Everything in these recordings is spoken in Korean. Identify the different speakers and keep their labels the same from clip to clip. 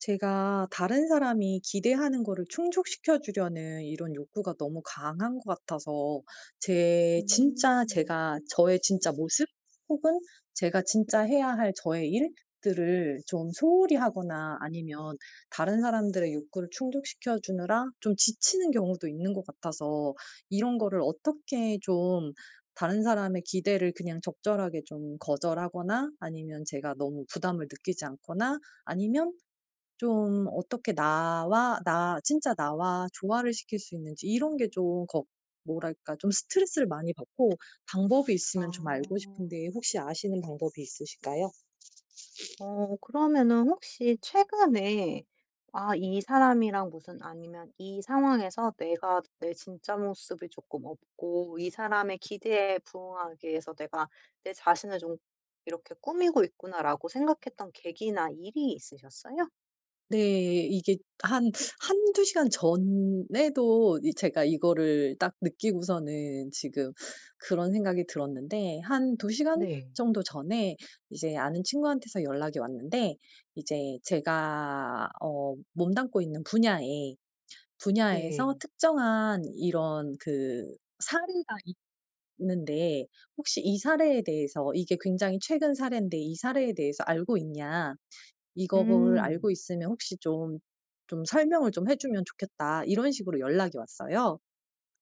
Speaker 1: 제가 다른 사람이 기대하는 거를 충족시켜 주려는 이런 욕구가 너무 강한 것 같아서 제 진짜
Speaker 2: 음.
Speaker 1: 제가 저의 진짜 모습 혹은 제가 진짜 해야 할 저의 일들을 좀 소홀히 하거나 아니면 다른 사람들의 욕구를 충족시켜 주느라 좀 지치는 경우도 있는 것 같아서 이런 거를 어떻게 좀 다른 사람의 기대를 그냥 적절하게 좀 거절하거나 아니면 제가 너무 부담을 느끼지 않거나 아니면 좀 어떻게 나와 나 진짜 나와 조화를 시킬 수 있는지 이런 게 좀 걱 뭐랄까 좀 스트레스를 많이 받고 방법이
Speaker 2: 아.
Speaker 1: 있으면 좀 알고 싶은데 혹시 아시는 방법이 있으실까요?
Speaker 2: 그러면은 혹시 최근에 아 이 사람이랑 무슨 아니면 이 상황에서 내가 내 진짜 모습이 조금 없고 이 사람의 기대에 부응하기 위해서 내가 내 자신을 좀 이렇게 꾸미고 있구나라고 생각했던 계기나 일이 있으셨어요?
Speaker 1: 네. 이게 한 한두 시간 전에도 이 제가 이거를 딱 느끼고서는 지금 그런 생각이 들었는데 한 두 시간
Speaker 2: 네.
Speaker 1: 정도 전에 이제 아는 친구한테서 연락이 왔는데 이제 제가 몸담고 있는
Speaker 2: 네.
Speaker 1: 분야에서 특정한 이런 그, 사례가 있는데 혹시 이 사례에 대해서 이게 굉장히 최근 사례인데 이 사례에 대해서 알고 있냐? 이거를 알고
Speaker 2: 음.
Speaker 1: 있으면 혹시 좀 설명을 좀 해 주면 좋겠다." 이런 식으로 연락이 왔어요.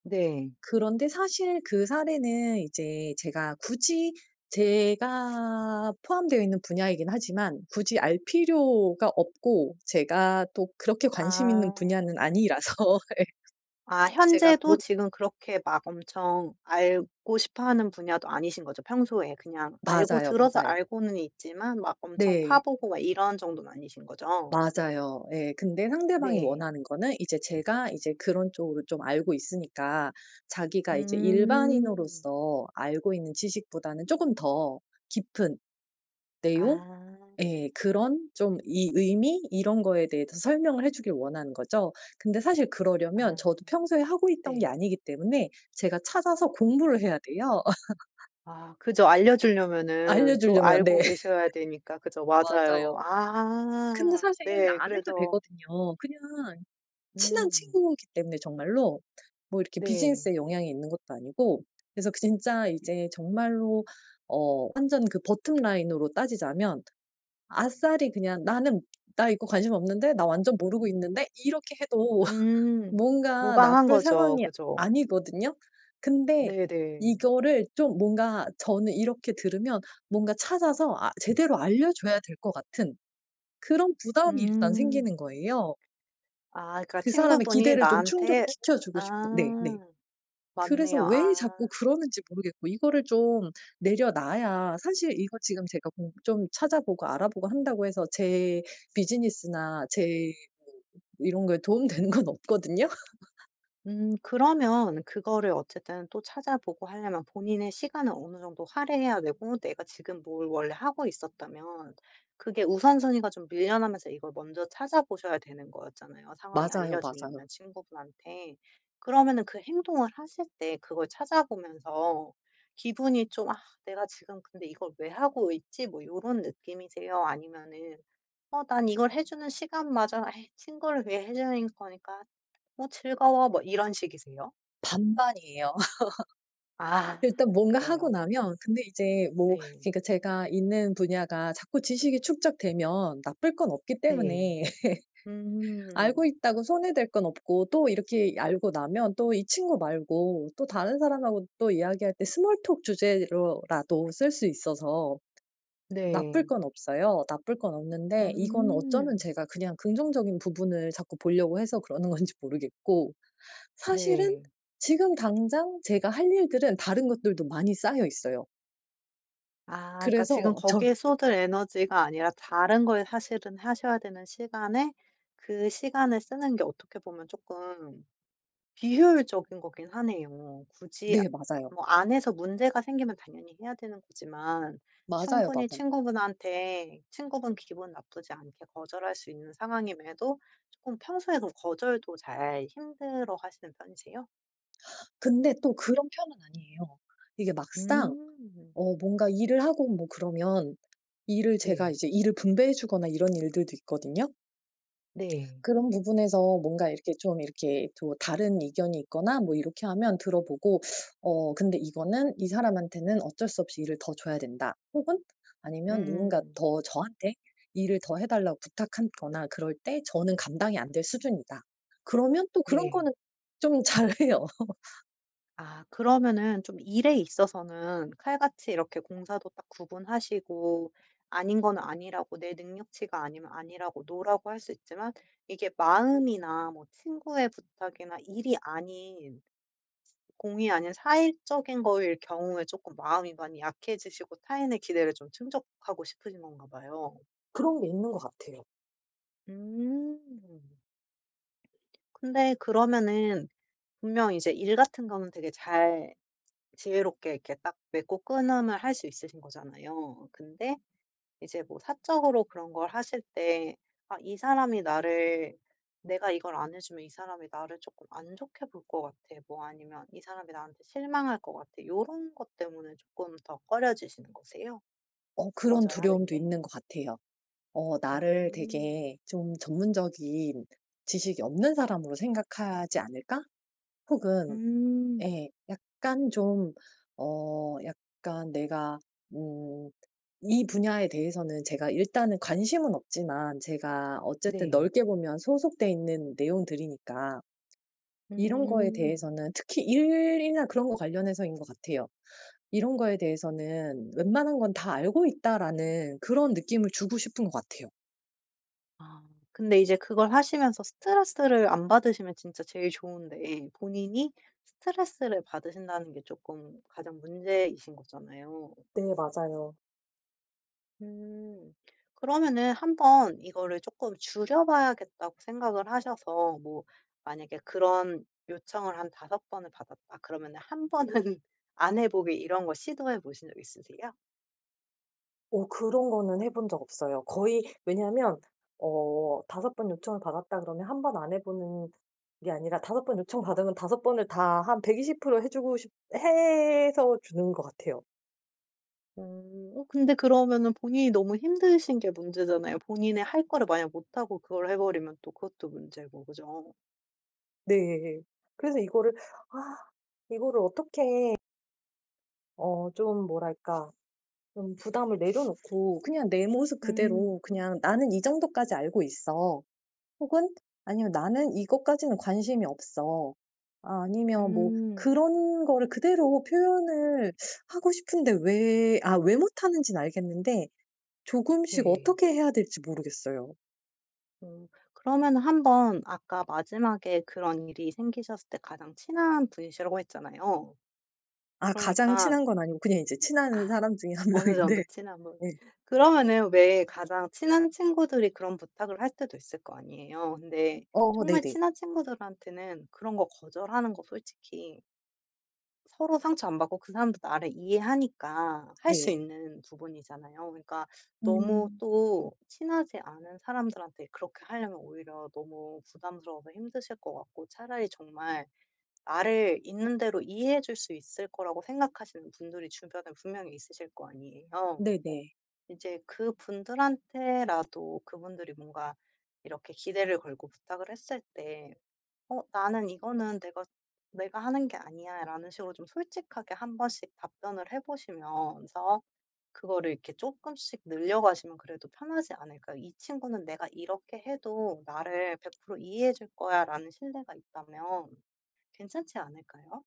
Speaker 2: 네.
Speaker 1: 그런데 사실 그 사례는 제가 포함되어 있는 분야이긴 하지만 굳이 알 필요가 없고 제가 또 그렇게 관심 있는
Speaker 2: 아.
Speaker 1: 분야는 아니라서
Speaker 2: 아
Speaker 1: 제가
Speaker 2: 현재도
Speaker 1: 못
Speaker 2: 지금 그렇게 막 엄청 알고 싶어하는 분야도 아니신 거죠, 평소에. 그냥 알고
Speaker 1: 맞아요,
Speaker 2: 들어서
Speaker 1: 맞아요.
Speaker 2: 알고는 있지만 막 엄청
Speaker 1: 네.
Speaker 2: 파보고 막 이런 정도는 아니신 거죠?
Speaker 1: 맞아요. 예. 근데 상대방이
Speaker 2: 네.
Speaker 1: 원하는 거는 제가 그런 쪽으로 좀 알고 있으니까 자기가 이제
Speaker 2: 음.
Speaker 1: 일반인으로서 알고 있는 지식보다는 조금 더 깊은 내용,
Speaker 2: 아.
Speaker 1: 예 그런 좀 이 의미 이런 거에 대해서 설명을 해 주길 원하는 거죠. 근데 사실 그러려면
Speaker 2: 아
Speaker 1: 저도 평소에 하고 있던 게
Speaker 2: 네.
Speaker 1: 아니기 때문에 제가 찾아서 공부를 해야 돼요.
Speaker 2: 아 그죠.
Speaker 1: 알려
Speaker 2: 알려주려면은 또
Speaker 1: 주려면,
Speaker 2: 알고
Speaker 1: 네
Speaker 2: 계셔야 되니까. 그죠. 맞아요.
Speaker 1: 맞아요. 근데
Speaker 2: 아
Speaker 1: 사실
Speaker 2: 네.
Speaker 1: 안 해도
Speaker 2: 그래서
Speaker 1: 되거든요. 그냥 친한
Speaker 2: 음.
Speaker 1: 친구이기 때문에 정말로 뭐 이렇게
Speaker 2: 네.
Speaker 1: 비즈니스에 영향이 있는 것도 아니고 그래서 그 진짜 이제 정말로 완전 그 bottom line으로 따지자면 아싸리 그냥 '나는 나 이거 관심 없는데. 나 완전 모르고 있는데.' 이렇게 해도
Speaker 2: 음.
Speaker 1: 뭔가
Speaker 2: 무방한
Speaker 1: 나쁠
Speaker 2: 거죠.
Speaker 1: 상황이
Speaker 2: 그죠.
Speaker 1: 아니거든요. 근데
Speaker 2: 네네.
Speaker 1: 이거를 좀 뭔가 저는 이렇게 들으면 뭔가 찾아서 제대로 알려 줘야 될 것 같은 그런 부담이 일단
Speaker 2: 음.
Speaker 1: 생기는 거예요.
Speaker 2: 아 그러니까
Speaker 1: 그 사람의
Speaker 2: 친구분이
Speaker 1: 기대를 좀
Speaker 2: 나한테
Speaker 1: 충족시켜 주고
Speaker 2: 아
Speaker 1: 싶은, 네, 네. 그래서
Speaker 2: 맞네요.
Speaker 1: 왜
Speaker 2: 아.
Speaker 1: 자꾸 그러는지 모르겠고 이거를 좀 내려놔야, 사실 이거 지금 제가 공 좀 찾아보고 알아보고 한다고 해서 제 비즈니스나 제 이런 거에 도움되는 건 없거든요.
Speaker 2: 음. 그러면 그거를 어쨌든 또 찾아보고 하려면 본인의 시간을 어느 정도 할애해야 되고 내가 지금 뭘 원래 하고 있었다면 그게 우선순위가 좀 밀려나면서 이걸 먼저 찾아보셔야 되는 거였잖아요, 상황이
Speaker 1: 맞아요, 맞아요.
Speaker 2: 알려주려면 친구분한테. 그러면은 그 행동을 하실 때 그걸 찾아보면서 기분이 좀 '아 내가 지금 근데 이걸 왜 하고 있지?' 뭐 요런 느낌이세요? 아니면은 난 이걸 해 주는 시간마저 '에이 친구를 위해 해 주는 거니까 뭐 즐거워.' 뭐 이런 식이세요?
Speaker 1: 반반이에요.
Speaker 2: 아
Speaker 1: 일단 뭔가 하고
Speaker 2: 그래요.
Speaker 1: 나면, 근데 이제 뭐
Speaker 2: 네.
Speaker 1: 그러니까 제가 있는 분야가 자꾸 지식이 축적되면 나쁠 건 없기
Speaker 2: 네.
Speaker 1: 때문에 알고
Speaker 2: 음.
Speaker 1: 있다고 손해될 건 없고, 또 이렇게 알고 나면 또 이 친구 말고 또 다른 사람하고 또 이야기할 때 스몰 톡 주제로라도 쓸 수 있어서 나쁠
Speaker 2: 네.
Speaker 1: 건 없어요. 나쁠 건 없는데, 이건 어쩌면
Speaker 2: 음.
Speaker 1: 제가 그냥 긍정적인 부분을 자꾸 보려고 해서 그러는 건지 모르겠고, 사실은
Speaker 2: 네.
Speaker 1: 지금 당장 제가 할 일들은 다른 것들도 많이 쌓여 있어요.
Speaker 2: 아 그러니까 지금
Speaker 1: 그래서 절
Speaker 2: 거기에 쏟을 에너지가 아니라 다른 걸 사실은 하셔야 되는 시간에 그 시간을 쓰는 게 어떻게 보면 조금 비효율적인 거긴 하네요. 굳이
Speaker 1: 네, 맞아요.
Speaker 2: 뭐 안에서 문제가 생기면 당연히 해야 되는 거지만
Speaker 1: 맞아요,
Speaker 2: 충분히
Speaker 1: 맞아요.
Speaker 2: 친구분한테 친구분 기분 나쁘지 않게 거절할 수 있는 상황임에도 조금 평소에 그 거절도 잘 힘들어하시는 편이세요?
Speaker 1: 근데 또 그런 편은 아니에요. 이게 막상
Speaker 2: 음.
Speaker 1: 뭔가 일을 하고 뭐 그러면 일을 제가
Speaker 2: 네.
Speaker 1: 이제 일을 분배해 주거나 이런 일들도 있거든요.
Speaker 2: 네.
Speaker 1: 그런 부분에서 뭔가 이렇게 좀 이렇게 또 다른 의견이 있거나 뭐 이렇게 하면 들어보고 '어 근데 이거는 이 사람한테는 어쩔 수 없이 일을 더 줘야 된다.' 혹은 아니면 누군가
Speaker 2: 음.
Speaker 1: 더 저한테 일을 더 해 달라고 부탁하 거나 그럴 때 저는 감당이 안 될 수준이다. 그러면 또 그런
Speaker 2: 네.
Speaker 1: 거는 좀 잘해요.
Speaker 2: 아 그러면은 좀 일에 있어서는 칼같이 이렇게 공사도 딱 구분하시고 아닌 거는 아니라고 내 능력치가 아니면 아니라고 노라고 할 수 있지만 이게 마음이나 뭐 친구의 부탁이나 일이 아닌 공이 아닌 사회적인 거일 경우에 조금 마음이 많이 약해지시고 타인의 기대를 좀 충족하고 싶으신 건가 봐요.
Speaker 1: 그런 게 있는 것 같아요.
Speaker 2: 음. 근데 그러면은 분명 이제 일 같은 거는 되게 잘 지혜롭게 이렇게 딱 맺고 끊음을 할 수 있으신 거잖아요. 근데 이제 뭐 사적으로 그런 걸 하실 때 '아 이 사람이 나를 내가 이걸 안 해 주면 이 사람이 나를 조금 안 좋게 볼 것 같아.' 뭐 아니면 '이 사람이 나한테 실망할 것 같아.' 요런 것 때문에 조금 더 꺼려지시는 거세요?
Speaker 1: 그런
Speaker 2: 거절하는
Speaker 1: 두려움도
Speaker 2: 게?
Speaker 1: 있는 것 같아요. 나를
Speaker 2: 음.
Speaker 1: 되게 좀 전문적인 지식이 없는 사람으로 생각하지 않을까? 혹은,
Speaker 2: 음.
Speaker 1: 예. 약간 좀, 약간 내가 음 이 분야에 대해서는 제가 일단은 관심은 없지만 제가 어쨌든
Speaker 2: 네.
Speaker 1: 넓게 보면 소속돼 있는 내용들이니까 이런 거에
Speaker 2: 음.
Speaker 1: 대해서는 특히 일이나 그런 거 관련해서인 것 같아요. '이런 거에 대해서는 웬만한 건 다 알고 있다.'라는 그런 느낌을 주고 싶은 것 같아요.
Speaker 2: 아 근데 이제 그걸 하시면서 스트레스를 안 받으시면 진짜 제일 좋은데 본인이 스트레스를 받으신다는 게 조금 가장 문제이신 거잖아요.
Speaker 1: 네, 맞아요.
Speaker 2: 음. 그러면은 한번 이거를 조금 줄여 봐야겠다고 생각을 하셔서 뭐 만약에 그런 요청을 한 다섯 번을 받았다 그러면은 한 번은 안 해 보기 이런 거 시도해 보신 적 있으세요?
Speaker 1: 그런 거는 해본 적 없어요. 거의. 왜냐하면 5 번 요청을 받았다 그러면 한 번 안 해 보는 게 아니라, 다섯 번 요청받으면 다섯 번을 다 한 120%해 주고 싶 해서 주는 것 같아요.
Speaker 2: 음. 근데 그러면은 본인이 너무 힘드신 게 문제잖아요. 본인의 할 거를 만약 못하고 그걸 해 버리면 또 그것도 문제고 그죠?
Speaker 1: 네. 그래서 아 이거를 어떻게 좀 뭐랄까, 좀 부담을 내려놓고 그냥 내 모습
Speaker 2: 음.
Speaker 1: 그대로 그냥 '나는 이 정도까지 알고 있어.' 혹은 아니면 '나는 이것까지는 관심이 없어.' 아니면 뭐
Speaker 2: 음.
Speaker 1: 그런 거를 그대로 표현을 하고 싶은데, 왜 못하는지는 알겠는데 조금씩
Speaker 2: 네.
Speaker 1: 어떻게 해야 될지 모르겠어요.
Speaker 2: 음, 그러면 한번 아까 마지막에 그런 일이 생기셨을 때 가장 친한 분이시라고 했잖아요.
Speaker 1: 아, 가장
Speaker 2: 그러니까
Speaker 1: 친한 건 아니고 그냥 이제 친한
Speaker 2: 아
Speaker 1: 사람 중에 한
Speaker 2: 어느 정도
Speaker 1: 명인데,
Speaker 2: 친한 분.
Speaker 1: 네.
Speaker 2: 그러면은 왜 가장 친한 친구들이 그런 부탁을 할 때도 있을 거 아니에요. 근데
Speaker 1: 어,
Speaker 2: 정말
Speaker 1: 네네.
Speaker 2: 친한 친구들한테는 그런 거 거절하는 거 솔직히 서로 상처 안 받고 그 사람도 나를 이해하니까 할 수
Speaker 1: 네.
Speaker 2: 있는 부분이잖아요. 그러니까 너무
Speaker 1: 음,
Speaker 2: 또 친하지 않은 사람들한테 그렇게 하려면 오히려 너무 부담스러워서 힘드실 것 같고 차라리 정말 나를 있는 대로 이해해 줄 수 있을 거라고 생각하시는 분들이 주변에 분명히 있으실 거 아니에요.
Speaker 1: 네네.
Speaker 2: 이제 그분들한테라도 그분들이 뭔가 이렇게 기대를 걸고 부탁을 했을 때 "나는 이거는 내가 하는 게 아니야."라는 식으로 좀 솔직하게 한 번씩 답변을 해 보시면서 그거를 이렇게 조금씩 늘려가시면 그래도 편하지 않을까요? '이 친구는 내가 이렇게 해도 나를 100% 이해해 줄 거야.'라는 신뢰가 있다면 괜찮지 않을까요?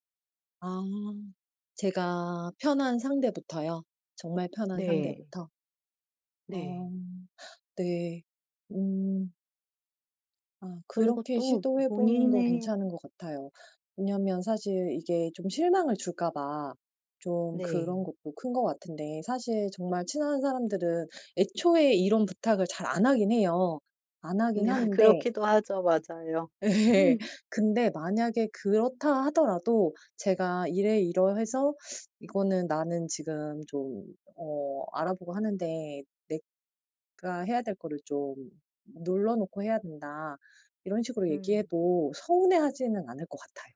Speaker 1: 아, 제가 편한 상대부터요? 정말 편한
Speaker 2: 네.
Speaker 1: 상대부터?
Speaker 2: 네.
Speaker 1: 어, 네. 음. 아,
Speaker 2: 그리고
Speaker 1: 그렇게
Speaker 2: 또
Speaker 1: 시도해 보는 거
Speaker 2: 본인의
Speaker 1: 괜찮은 것 같아요. 왜냐면 사실 이게 좀 실망을 줄까 봐 좀 그런
Speaker 2: 네.
Speaker 1: 것도 큰 것 같은데, 사실 정말 친한 사람들은 애초에 이런 부탁을 잘 안 하긴 해요. 안 하긴
Speaker 2: 네.
Speaker 1: 하는데
Speaker 2: 그렇기도 하죠. 맞아요.
Speaker 1: 예. 근데 만약에 그렇다 하더라도 제가 이래이러해서 "이거는 나는 지금 좀 알아보고 하는데 내 가 해야 될 거를 좀 눌러 놓고 해야 된다." 이런 식으로
Speaker 2: 음.
Speaker 1: 얘기해도 서운해하지는 않을 것 같아요.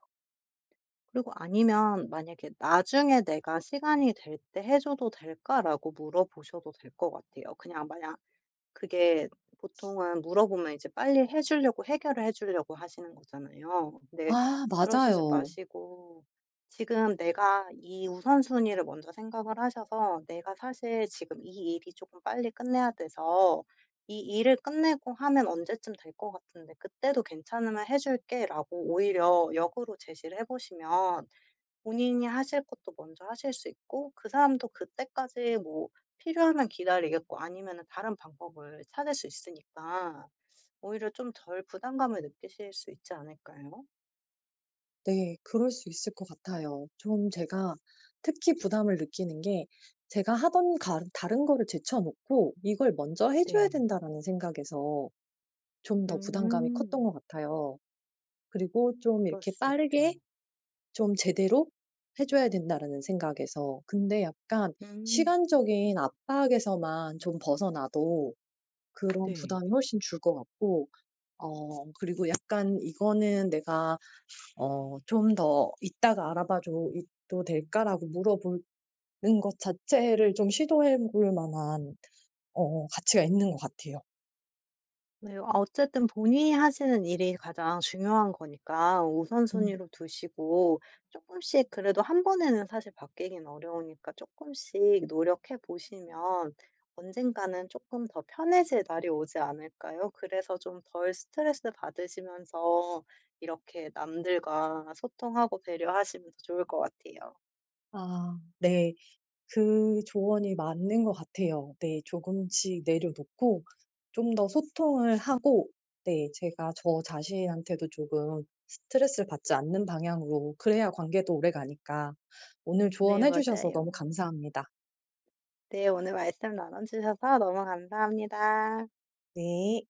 Speaker 2: 그리고 아니면 만약에 "나중에 내가 시간이 될 때 해 줘도 될까?"라고 물어보셔도 될 것 같아요. 그냥 만약 그게 보통은 물어보면 이제 빨리 해 주려고 해결을 해 주려고 하시는 거잖아요. 근데
Speaker 1: 아,
Speaker 2: 그러시지
Speaker 1: 맞아요.
Speaker 2: 마시고 지금 내가 이 우선순위를 먼저 생각을 하셔서 '내가 사실 지금 이 일이 조금 빨리 끝내야 돼서 이 일을 끝내고 하면 언제쯤 될 것 같은데 그때도 괜찮으면 해 줄게.'라고 오히려 역으로 제시를 해 보시면 본인이 하실 것도 먼저 하실 수 있고 그 사람도 그때까지 뭐 필요하면 기다리겠고 아니면은 다른 방법을 찾을 수 있으니까 오히려 좀 덜 부담감을 느끼실 수 있지 않을까요?
Speaker 1: 네. 그럴 수 있을 것 같아요. 좀 제가 특히 부담을 느끼는 게 제가 하던 가 다른 거를 제쳐 놓고 이걸 먼저 해 줘야
Speaker 2: 네.
Speaker 1: 된다라는 생각에서 좀 더 부담감이 컸던
Speaker 2: 음.
Speaker 1: 것 같아요. 그리고 좀
Speaker 2: 그럴
Speaker 1: 이렇게
Speaker 2: 수 있죠.
Speaker 1: 빠르게 좀 제대로 해 줘야 된다라는 생각에서. 근데 약간
Speaker 2: 음.
Speaker 1: 시간적인 압박에서만 좀 벗어나도 그런
Speaker 2: 네.
Speaker 1: 부담이 훨씬 줄 것 같고, 그리고 약간 '이거는 내가 좀 더 이따가 알아봐 줘도 될까?'라고 물어보는 것 자체를 좀 시도해 볼 만한 가치가 있는 것 같아요.
Speaker 2: 네. 아 어쨌든 본인이 하시는 일이 가장 중요한 거니까
Speaker 1: 음.
Speaker 2: 우선순위로 두시고 조금씩 그래도 한 번에는 사실 바뀌긴 어려우니까 조금씩 노력해 보시면 언젠가는 조금 더 편해질 날이 오지 않을까요? 그래서 좀 덜 스트레스 받으시면서 이렇게 남들과 소통하고 배려하시면 더 좋을 것 같아요.
Speaker 1: 아, 네. 그 조언이 맞는 것 같아요. 네. 조금씩 내려놓고 좀 더 소통을 하고, 네 제가 저 자신한테도 조금 스트레스를 받지 않는 방향으로, 그래야 관계도 오래가니까. 오늘
Speaker 2: 네
Speaker 1: 조언해 주셔서
Speaker 2: 맞아요.
Speaker 1: 너무 감사합니다.
Speaker 2: 네 오늘 말씀 나눠 주셔서 너무 감사합니다.
Speaker 1: 네.